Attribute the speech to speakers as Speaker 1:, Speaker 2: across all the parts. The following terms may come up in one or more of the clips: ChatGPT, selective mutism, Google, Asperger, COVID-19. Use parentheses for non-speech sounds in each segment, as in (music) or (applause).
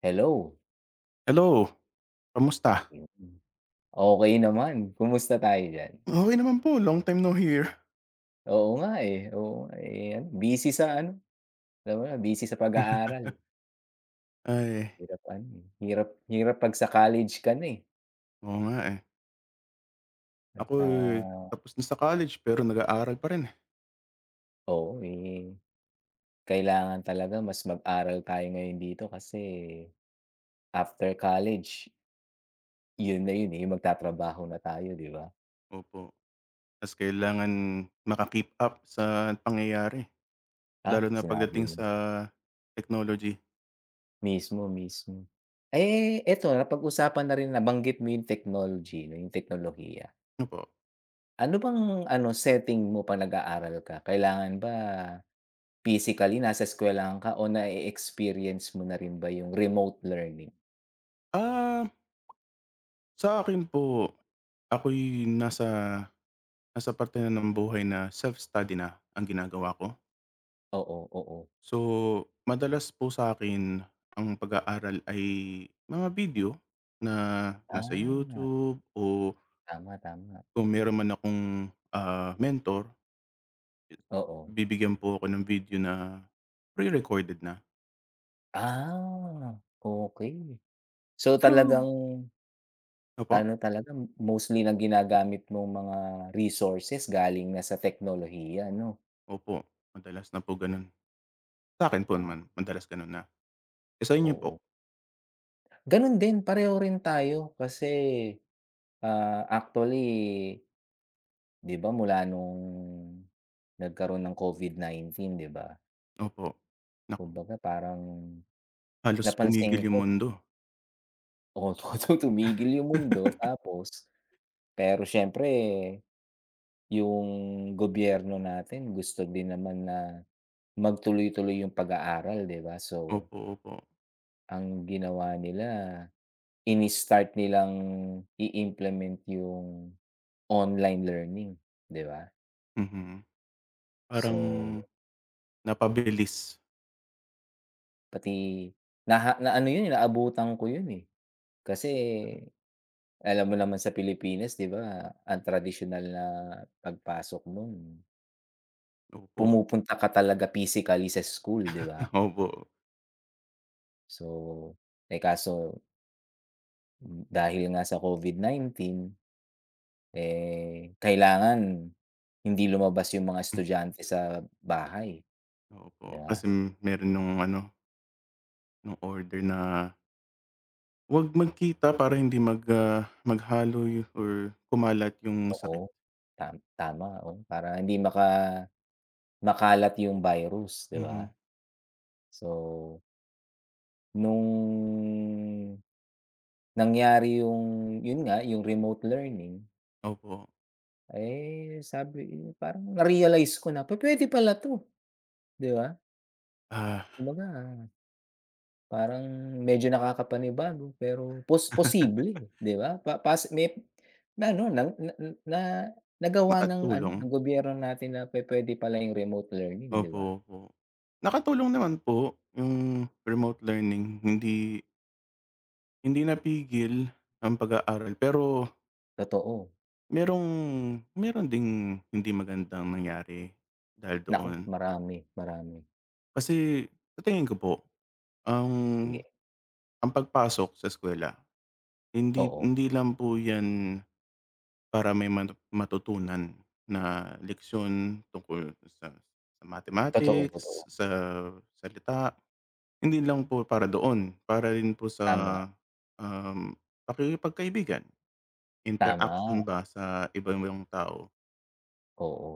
Speaker 1: Hello.
Speaker 2: Hello, kamusta?
Speaker 1: Mm. Okey naman, kumusta tayo diyan?
Speaker 2: Okey naman po, long time no hear.
Speaker 1: Oo nga, eh, ano busy sa ano, alam mo na busy sa pag-aaral.
Speaker 2: (laughs) Ay,
Speaker 1: Hirap ano, eh, hirap hirap 'pag sa college ka na, eh,
Speaker 2: oo nga, eh.
Speaker 1: at,
Speaker 2: Ako, eh,
Speaker 1: ah,
Speaker 2: tapos na sa college pero nag-aaral pa rin, eh.
Speaker 1: oo, eh, kailangan talaga mas mag-aral tayo ngayon dito kasi after college, yun na yun, eh, yung magtatrabaho na tayo, 'di ba?
Speaker 2: Opo, ta's kailangan maka-keep up sa pangyayari,
Speaker 1: Ah,
Speaker 2: lalo na
Speaker 1: sinabi
Speaker 2: pagdating
Speaker 1: mo.
Speaker 2: sa technology.
Speaker 1: Mismo, mismo. Eh, eto napag-usapan na rin nabanggit mo yung technology 'no, yung teknolohiya.
Speaker 2: Opo.
Speaker 1: Ano bang ano, setting mo 'pag nag-aaral ka? Kailangan ba physically nasa eskuwelahan ka o na-e-experience mo na rin ba yung remote learning?
Speaker 2: Ah, sa akin po, ako'y nasa nasa parte na ng buhay na self-study na ang ginagawa ko.
Speaker 1: Oo, oo.
Speaker 2: So, madalas po sa akin ang pag-aaral ay mga video na nasa
Speaker 1: Ah,
Speaker 2: YouTube o
Speaker 1: tama, tama.
Speaker 2: kung meron man akong, mentor,
Speaker 1: Oo.
Speaker 2: bibigyan po ako ng video na pre-recorded na.
Speaker 1: Ah, okey. So,
Speaker 2: Pero
Speaker 1: talagang
Speaker 2: opo,
Speaker 1: ano talaga, mostly ng ginagamit mong mga resources galing na sa teknolohiya 'no?
Speaker 2: opo, madalas na po ganun. Sa akin po
Speaker 1: Tama,
Speaker 2: naman madalas gano'n na. Eh, sa inyo
Speaker 1: oo.
Speaker 2: po?
Speaker 1: Gano'n din, pareho rin tayo kasi, ah, actually 'di ba mula nung nagkaroon ng COVID-19, 'di ba?
Speaker 2: Opo. Naku,
Speaker 1: Kumbaga parang
Speaker 2: halos pumigil
Speaker 1: napansin
Speaker 2: yung
Speaker 1: ko,
Speaker 2: mundo.
Speaker 1: oo, (laughs) tumigil yung mundo
Speaker 2: (laughs)
Speaker 1: tapos pero siyempre yung gobyerno natin gusto din naman na magtuloy-tuloy yung pag-aaral, 'di ba? So,
Speaker 2: Opo, opo.
Speaker 1: ang ginawa nila ini-start nilang i-implement yung online learning, 'di ba?
Speaker 2: Mhm. Parang
Speaker 1: So,
Speaker 2: napabilis.
Speaker 1: pati naano yun, eh, naabutan ko yun, eh. Kasi alam mo naman sa Pilipinas, 'di ba, ang tradisyonal na pagpasok nun
Speaker 2: Opo,
Speaker 1: pumupunta ka talaga physically sa school, 'di ba?
Speaker 2: (laughs) opo.
Speaker 1: So, eh, kaso dahil nga sa COVID-19, eh, kailangan hindi lumabas yung mga
Speaker 2: Hmm,
Speaker 1: estudyante sa bahay,
Speaker 2: oo po.
Speaker 1: 'di ba?
Speaker 2: Kasi meron nung ano, nung order na 'wag magkita para hindi maghalo yu or kumalat yung
Speaker 1: Oo,
Speaker 2: sakit.
Speaker 1: tama, oo, para hindi makalat yung virus, 'di ba?
Speaker 2: Mhm,
Speaker 1: So, nung nangyari yung yun nga, yung remote learning,
Speaker 2: opo.
Speaker 1: eh, sabi parang na-realize ko na, "Pwede pala 'to, 'di ba?"
Speaker 2: Ah,
Speaker 1: Kumbaga parang medyo nakakapanibago pero
Speaker 2: (laughs)
Speaker 1: posible, 'di ba? Pa pas may na ano na na na nagawa ng ano,
Speaker 2: nakatulong.
Speaker 1: ng gobyerno natin na pwede pala yung remote learning, 'di
Speaker 2: Opo,
Speaker 1: ba?
Speaker 2: opo. Nakatulong naman po yung remote learning. Hindi hindi napigil ang pag-aaral pero
Speaker 1: Totoo.
Speaker 2: merong meron ding hindi magandang nangyari dahil
Speaker 1: Naku,
Speaker 2: doon.
Speaker 1: marami, marami.
Speaker 2: Kasi sa tingin ko po, ang
Speaker 1: Sige,
Speaker 2: ang pagpasok sa eskuwela, Hindi
Speaker 1: oo.
Speaker 2: hindi lang po 'yan para may matutunan na leksyon tungkol sa
Speaker 1: Totoo, totoo.
Speaker 2: mathematics, sa salita. Hindi lang po para doon, para rin po
Speaker 1: Tama,
Speaker 2: sa, um, pakikipagkaibigan, interaction
Speaker 1: tama,
Speaker 2: ba sa ibang ibang tao.
Speaker 1: oo.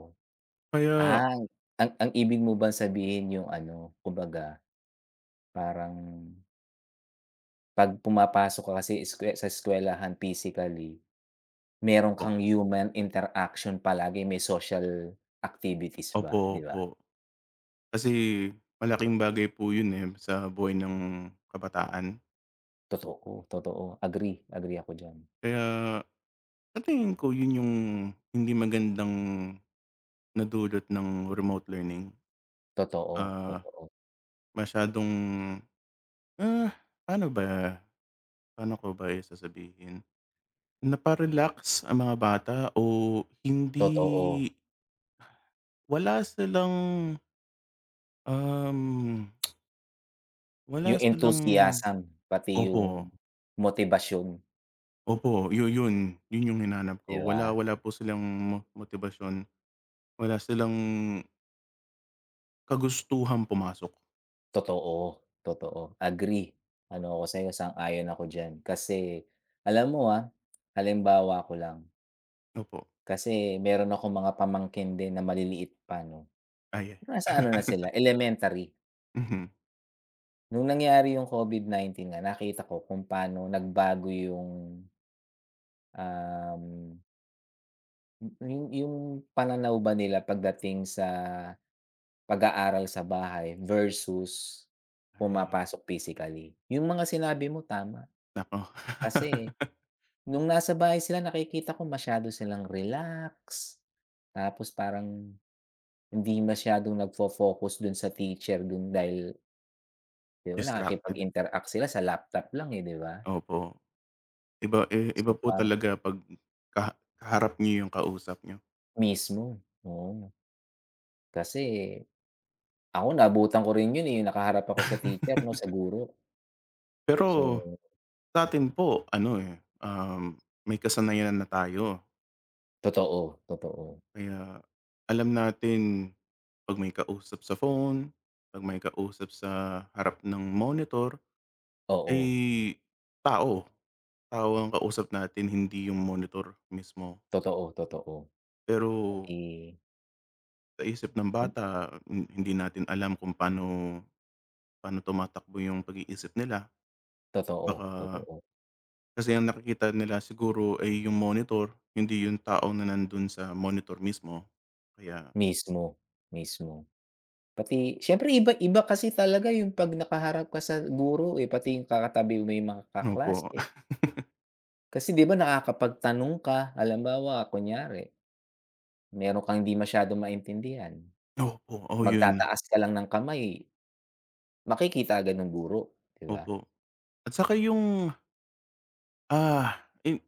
Speaker 2: Kaya
Speaker 1: Ah, ang ibig mo bang sabihin yung ano, kumbaga parang 'pag pumapasok ka kasi sa eskuwelahan physically, meron
Speaker 2: po,
Speaker 1: kang human interaction palagi, may social activities ba,
Speaker 2: opo,
Speaker 1: 'di ba?
Speaker 2: opo. Kasi malaking bagay po 'yun, eh, sa buhay ng kabataan.
Speaker 1: Totoo, totoo. Agree, agree ako diyan.
Speaker 2: Kaya sa tingin ko 'yun yung hindi magandang nadulot ng remote learning,
Speaker 1: Totoo,
Speaker 2: ah,
Speaker 1: totoo,
Speaker 2: masyadong, ah, paano ba paano ko ba sasabihin? Napa-relax ang mga bata o
Speaker 1: totoo.
Speaker 2: hindi, wala silang, um, wala
Speaker 1: Yung
Speaker 2: silang
Speaker 1: enthusiasm, pati
Speaker 2: opo,
Speaker 1: yung motibasyon,
Speaker 2: opo, yun yun, yun yung hinanap
Speaker 1: 'di
Speaker 2: ko.
Speaker 1: ba?
Speaker 2: Wala wala po silang motibasyon, wala silang kagustuhang pumasok.
Speaker 1: Totoo, totoo. Agree. Ano ako sa'yo, sang-ayon ako diyan. Kasi alam mo, ah, halimbawa ko lang,
Speaker 2: Opo,
Speaker 1: kasi meron ako mga pamangkin din na maliliit pa 'no,
Speaker 2: ay.
Speaker 1: nasa ano na
Speaker 2: (laughs)
Speaker 1: sila, elementary.
Speaker 2: Mhm.
Speaker 1: Nung nangyari yung COVID-19 nga, nakita ko kung paano nagbago yung, um, yung pananaw ba nila pagdating sa pag-aaral sa bahay versus
Speaker 2: Ay,
Speaker 1: pumapasok physically. Yung mga sinabi mo, tama.
Speaker 2: naku. (laughs)
Speaker 1: Kasi nung nasa bahay sila nakikita ko masyado silang relax, tapos parang hindi masyadong nagfo-focus dun sa teacher dun dahil 'di ba
Speaker 2: Distracted.
Speaker 1: nakikipag-interact sila sa laptop lang, eh, 'di ba?
Speaker 2: Opo. Iba
Speaker 1: So
Speaker 2: po
Speaker 1: parang
Speaker 2: talaga 'pag kaharap niyo yung kausap niyo.
Speaker 1: mismo, oo. Kasi ako naabutan ko rin yun, eh, nakaharap ako sa teacher 'no, sa guro.
Speaker 2: Pero
Speaker 1: So
Speaker 2: sa'tin po ano, eh, may kasanayan na tayo
Speaker 1: totoo, totoo.
Speaker 2: kaya alam natin 'pag may kausap sa phone, 'pag may kausap sa harap ng monitor,
Speaker 1: Oo,
Speaker 2: eh, tao. Tao ang kausap natin, hindi yung monitor mismo.
Speaker 1: totoo, totoo.
Speaker 2: Pero
Speaker 1: Pati
Speaker 2: sa isip ng bata, hindi natin alam kung paano paano tumatakbo yung pag-iisip nila.
Speaker 1: totoo,
Speaker 2: Baka
Speaker 1: totoo.
Speaker 2: Kasi ang nakikita nila siguro ay yung monitor, hindi yung tao na nandun sa monitor mismo. Kaya
Speaker 1: Mismo, mismo. Pati siyempre iba iba kasi talaga yung 'pag nakaharap ka sa guro, eh, pati yung kakatabi mo yung mga
Speaker 2: opo.
Speaker 1: kaklase.
Speaker 2: (laughs)
Speaker 1: Kasi 'di ba nakakapagtanong ka, halimbawa kunyari meron kang hindi masyadong maintindihan,
Speaker 2: Opo, oo yun,
Speaker 1: magtataas ka lang ng kamay, makikita agad ng guro, 'di ba?
Speaker 2: opo. At saka yung, ah, eh,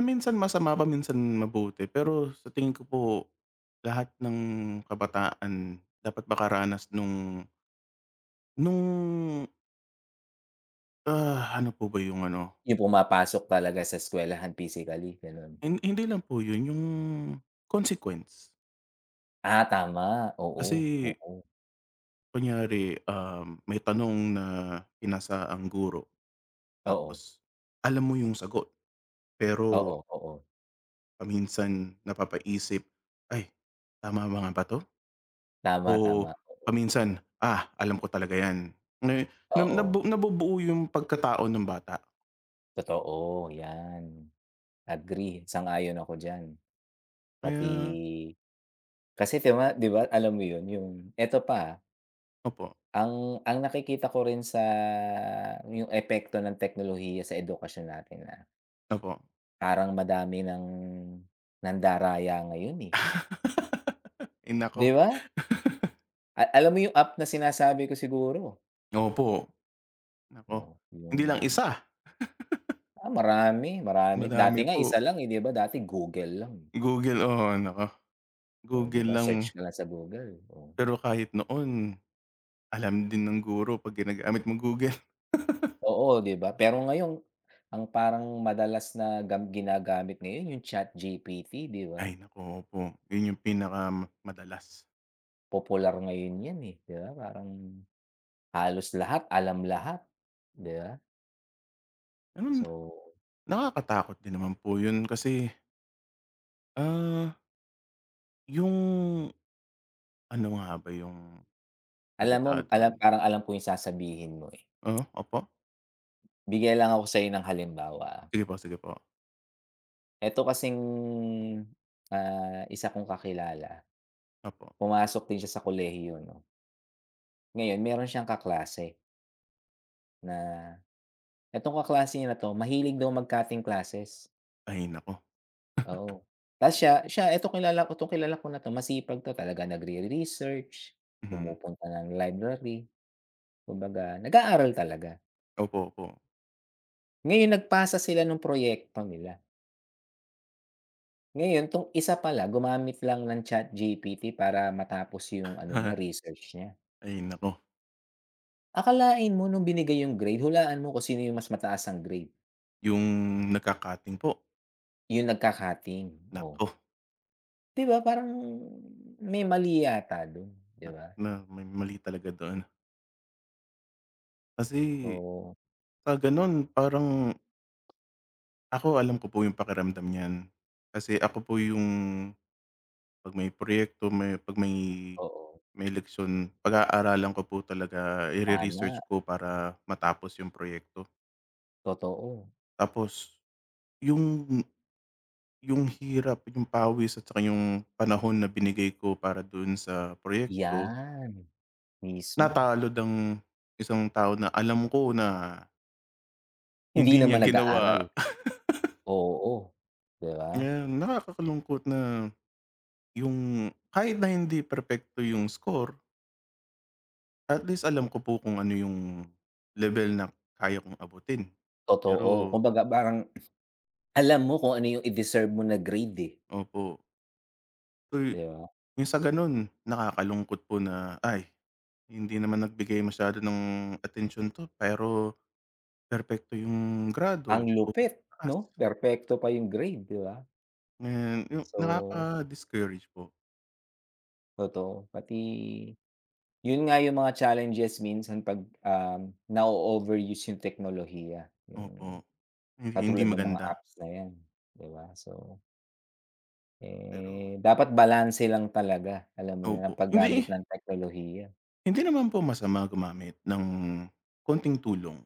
Speaker 2: minsan masama pa, minsan mabuti. Pero sa tingin ko po, lahat ng kabataan dapat makaranas nung nung, ano po ba yung ano,
Speaker 1: Yung pumapasok talaga sa eskuwelahan physically, gano'n.
Speaker 2: hindi lang po yun, yung consequence.
Speaker 1: Ah, tama, oo,
Speaker 2: Kasi
Speaker 1: oo,
Speaker 2: Kunyari, may tanong na pinasa ang guro,
Speaker 1: oo,
Speaker 2: tapos alam mo yung sagot,
Speaker 1: oo,
Speaker 2: pero
Speaker 1: oo,
Speaker 2: paminsan napapaisip, "Ay, tama ba nga ba 'to?"
Speaker 1: tama,
Speaker 2: O
Speaker 1: tama, oo,
Speaker 2: paminsan, "Ah, alam ko talaga 'yan." Na na
Speaker 1: oo,
Speaker 2: nabu Nabubuo yung pagkatao ng bata.
Speaker 1: totoo, 'yan. Agree, sang-ayon ako diyan. Pati
Speaker 2: Kaya
Speaker 1: kasi di ba alam mo yun yung eto pa,
Speaker 2: opo,
Speaker 1: ang nakikita ko rin sa yung epekto ng teknolohiya sa edukasyon natin na
Speaker 2: opo.
Speaker 1: parang madami ng nandaraya ngayon, eh,
Speaker 2: (laughs) Ay naku,
Speaker 1: di ba? Alam mo yung app na sinasabi ko siguro?
Speaker 2: opo, naku.
Speaker 1: Oo,
Speaker 2: Hindi lang
Speaker 1: yung,
Speaker 2: isa,
Speaker 1: ah, marami, marami. Dati
Speaker 2: madami
Speaker 1: nga isa
Speaker 2: po.
Speaker 1: lang, eh, di ba? Dati Google lang, eh.
Speaker 2: Google, oo, naku.
Speaker 1: Oh, di
Speaker 2: Google
Speaker 1: ba
Speaker 2: lang
Speaker 1: search ka lang sa Google, oh.
Speaker 2: pero kahit noon, alam din ng guro 'pag ginagamit mo Google. (laughs)
Speaker 1: Oo, 'di ba? Pero ngayon, ang parang madalas na ginagamit ngayon yung ChatGPT, 'di ba?
Speaker 2: Ay naku, opo. 'Yun yung pinaka madalas.
Speaker 1: Popular ngayon 'yan, eh, 'di ba? Parang halos lahat, alam lahat, 'di ba?
Speaker 2: Ano?
Speaker 1: So,
Speaker 2: Nakakatakot din naman po 'yun kasi, ah, yung ano nga ba yung
Speaker 1: alam mo
Speaker 2: salita dun?
Speaker 1: alam parang alam ko yung sasabihin mo, eh.
Speaker 2: Oo, opo.
Speaker 1: Bigay lang ako sa'yo ng halimbawa, ah.
Speaker 2: Sige po, sige po.
Speaker 1: Eto kasing, ah, isa kong kakilala,
Speaker 2: Opo.
Speaker 1: pumasok din siya sa kolehiyo 'no. Ngayon meron siyang kaklase na, etong kaklase niya na 'to mahilig daw mag-cutting classes.
Speaker 2: Ay nako.
Speaker 1: Oo.
Speaker 2: (laughs)
Speaker 1: Tapos siya siya eto kilala ko 'tong kilala ko na 'to masipag 'to talaga nagre-research,
Speaker 2: Mhm.
Speaker 1: pumupunta ng library, kumbaga nag-aaral talaga.
Speaker 2: Opo, opo.
Speaker 1: Ngayon nagpasa sila ng proyekto nila. Ngayon 'tong isa pala gumamit lang ng ChatGPT para matapos yung ano niya, research niya.
Speaker 2: (laughs) Ay nako.
Speaker 1: Akalain mo nung binigay yung grade, hulaan mo kung sino yung mas mataas ang grade,
Speaker 2: Yung nagka po,
Speaker 1: yung nagka, oh.
Speaker 2: nako.
Speaker 1: 'Di ba parang may mali yata dun, 'di ba?
Speaker 2: Na may mali talaga doon. Kasi
Speaker 1: So
Speaker 2: sa gano'n, parang ako alam ko po yung pakiramdam niyan. Kasi ako po yung, 'pag may proyekto, may 'pag may
Speaker 1: oo,
Speaker 2: may leksyon, pag-aaralan ko po talaga, ire-research
Speaker 1: tama,
Speaker 2: ko para matapos yung proyekto.
Speaker 1: totoo.
Speaker 2: Tapos yung hirap, yung pawis at saka yung panahon na binigay ko para doon sa proyekto,
Speaker 1: 'Yan, mismo.
Speaker 2: natalo ang isang tao na alam ko na
Speaker 1: Hindi
Speaker 2: hindi niya
Speaker 1: naman nag-aaral,
Speaker 2: ginawa. (laughs)
Speaker 1: oo, 'di ba?
Speaker 2: Ngayon, nakakalungkot na yung kahit na hindi perpekto yung score. At least alam ko po kung ano yung level na kaya kong abutin.
Speaker 1: Totoo,
Speaker 2: Pero
Speaker 1: kumbaga parang alam mo kung ano yung i-deserve mo na grade, eh,
Speaker 2: opo. Uy,
Speaker 1: 'di ba?
Speaker 2: yung sa gano'n nakakalungkot po na, ay, hindi naman nagbigay masyado ng attention 'to pero perfecto yung
Speaker 1: Ang
Speaker 2: grado o mas
Speaker 1: lupit
Speaker 2: mataas.
Speaker 1: 'no, perpekto pa yung grade, 'di ba?
Speaker 2: Ngayon yung
Speaker 1: So,
Speaker 2: nakaka-discourage po,
Speaker 1: totoo pati yun nga yung mga challenges minsan 'pag, na-o-overuse yung teknolohiya,
Speaker 2: opo.
Speaker 1: yung
Speaker 2: Hindi hindi
Speaker 1: katulad ng mga
Speaker 2: maganda.
Speaker 1: apps na 'yan, 'di ba? So,
Speaker 2: Pero
Speaker 1: eh, dapat balanse lang talaga, alam mo yun, ang
Speaker 2: opo,
Speaker 1: paggamit
Speaker 2: hindi
Speaker 1: ng teknolohiya.
Speaker 2: hindi naman po masama gumamit ng konting tulong,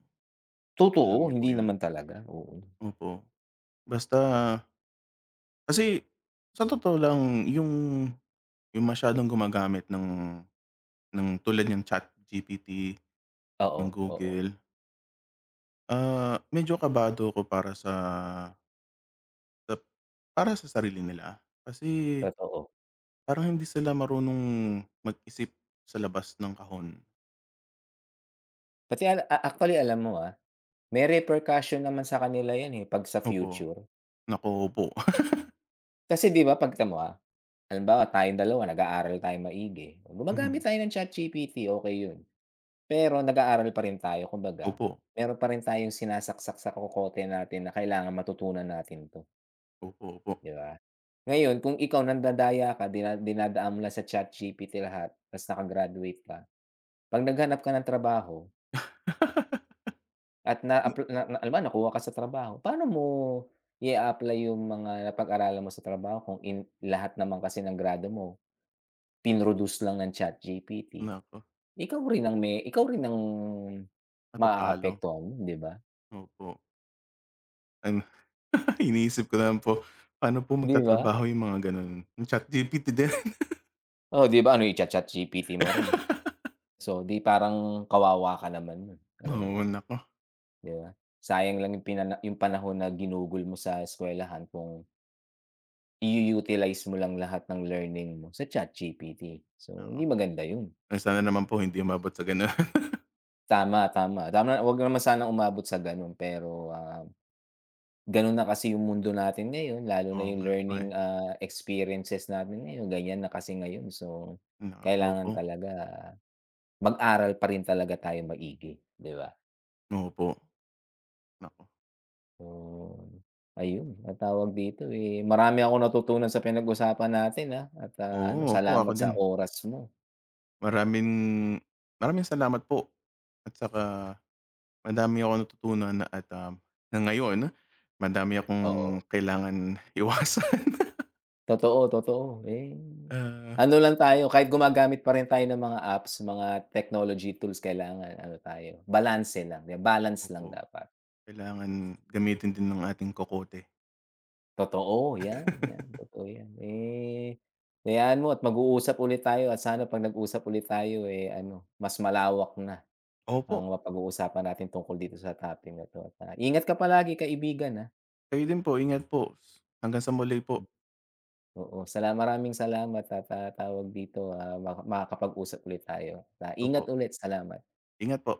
Speaker 2: alam
Speaker 1: Totoo,
Speaker 2: niyo po
Speaker 1: hindi
Speaker 2: 'yun?
Speaker 1: naman talaga, oo.
Speaker 2: Opo, basta. Kasi sa totoo lang, yung masyadong gumagamit ng tulad niyang ChatGPT,
Speaker 1: Oo,
Speaker 2: ng
Speaker 1: oo,
Speaker 2: Google, medyo kabado ko para sa sa sarili nila. Kasi
Speaker 1: totoo.
Speaker 2: parang hindi sila marunong mag-isip sa labas ng kahon.
Speaker 1: Pati ala a actually alam mo, ah, may repercussion naman sa kanila 'yan, eh, 'pag sa
Speaker 2: Opo.
Speaker 1: future.
Speaker 2: Naku, opo. (laughs)
Speaker 1: Kasi 'di ba 'pag tignan mo, ah, halimbawa tayong dalawa nag-aaral tayong maigi,
Speaker 2: Mhm.
Speaker 1: gumagamit tayo ng ChatGPT, okey 'yun. Pero nag-aaral pa rin tayo kumbaga,
Speaker 2: Opo,
Speaker 1: meron pa rin tayong sinasaksak sa kokote natin na kailangan matutunan natin 'to,
Speaker 2: opo, opo.
Speaker 1: 'di ba? Ngayon kung ikaw nandadaya ka, dinadaan mo lang sa ChatGPT lahat ta's naka-graduate ka, 'pag naghanap ka ng trabaho,
Speaker 2: (laughs)
Speaker 1: at
Speaker 2: Na
Speaker 1: na-appl na na halimbawa nakuha ka sa trabaho, paano mo i apply yung mga napag-aralan mo sa trabaho kung in lahat naman kasi ng grado mo pinroduce lang ng ChatGPT?
Speaker 2: Naku,
Speaker 1: Ikaw rin ang
Speaker 2: matatalo,
Speaker 1: maaapektuhan nun, 'di ba?
Speaker 2: opo. Ano, (laughs) iniisip ko na po, paano po
Speaker 1: 'Di ba?
Speaker 2: magtatrabaho yung mga gano'n, yung ChatGPT din.
Speaker 1: Oh, 'di ba ano icha-ChatGPT mo rin.
Speaker 2: (laughs)
Speaker 1: So, 'di parang kawawa ka naman nun, alam mo
Speaker 2: Oo,
Speaker 1: yun,
Speaker 2: naku,
Speaker 1: 'di ba? Sayang lang yung panahon na ginugol mo sa eskwelahan kung i utilize mo lang lahat ng learning mo sa ChatGPT. So,
Speaker 2: oo.
Speaker 1: hindi maganda yun.
Speaker 2: Ay sana naman po hindi umabot sa gano'n. (laughs)
Speaker 1: Tama, tama. Tama huwag naman sanang umabot sa gano'n pero, ah, gano'n na kasi yung mundo natin ngayon lalo na
Speaker 2: Oo
Speaker 1: yung
Speaker 2: nga po,
Speaker 1: learning,
Speaker 2: eh.
Speaker 1: ah, experiences natin ngayon ganyan na kasi ngayon. So,
Speaker 2: Nako
Speaker 1: kailangan
Speaker 2: po,
Speaker 1: talaga mag-aral pa rin talaga tayo maigi, 'di ba?
Speaker 2: opo, naku.
Speaker 1: So, ayun ang tawag dito, eh, marami akong natutunan sa pinag-usapan natin, ah, at, ah,
Speaker 2: Oo,
Speaker 1: ano
Speaker 2: opo, ako
Speaker 1: salamat
Speaker 2: din.
Speaker 1: sa oras mo.
Speaker 2: Maraming maraming salamat po at saka madami akong natutunan, na at, na ngayon madami akong
Speaker 1: Oo,
Speaker 2: kailangan iwasan. (laughs)
Speaker 1: totoo, totoo, eh,
Speaker 2: Ah,
Speaker 1: ano lang tayo, kahit gumagamit pa rin tayo ng mga apps, mga technology tools, kailangan ano tayo, balanse lang, yan, balance
Speaker 2: opo,
Speaker 1: lang dapat.
Speaker 2: kailangan gamitin din ng ating kokote.
Speaker 1: Totoo, yan, yan,
Speaker 2: (laughs)
Speaker 1: totoo yan. Eh, hayaan mo at mag-uusap ulit tayo at sana 'pag nag-usap ulit tayo, eh, ano, mas malawak na
Speaker 2: Opo,
Speaker 1: ang mapag-uusapan natin tungkol dito sa topic na 'to at, ah, ingat ka palagi kaibigan, ah.
Speaker 2: kayo din po, ingat po. Hanggang sa muli
Speaker 1: Hmm,
Speaker 2: po.
Speaker 1: oo, maraming salamat at, ah, tawag dito, ah, makakapag-usap ulit tayo. Ah,
Speaker 2: Opo,
Speaker 1: ingat ulit, salamat.
Speaker 2: ingat po.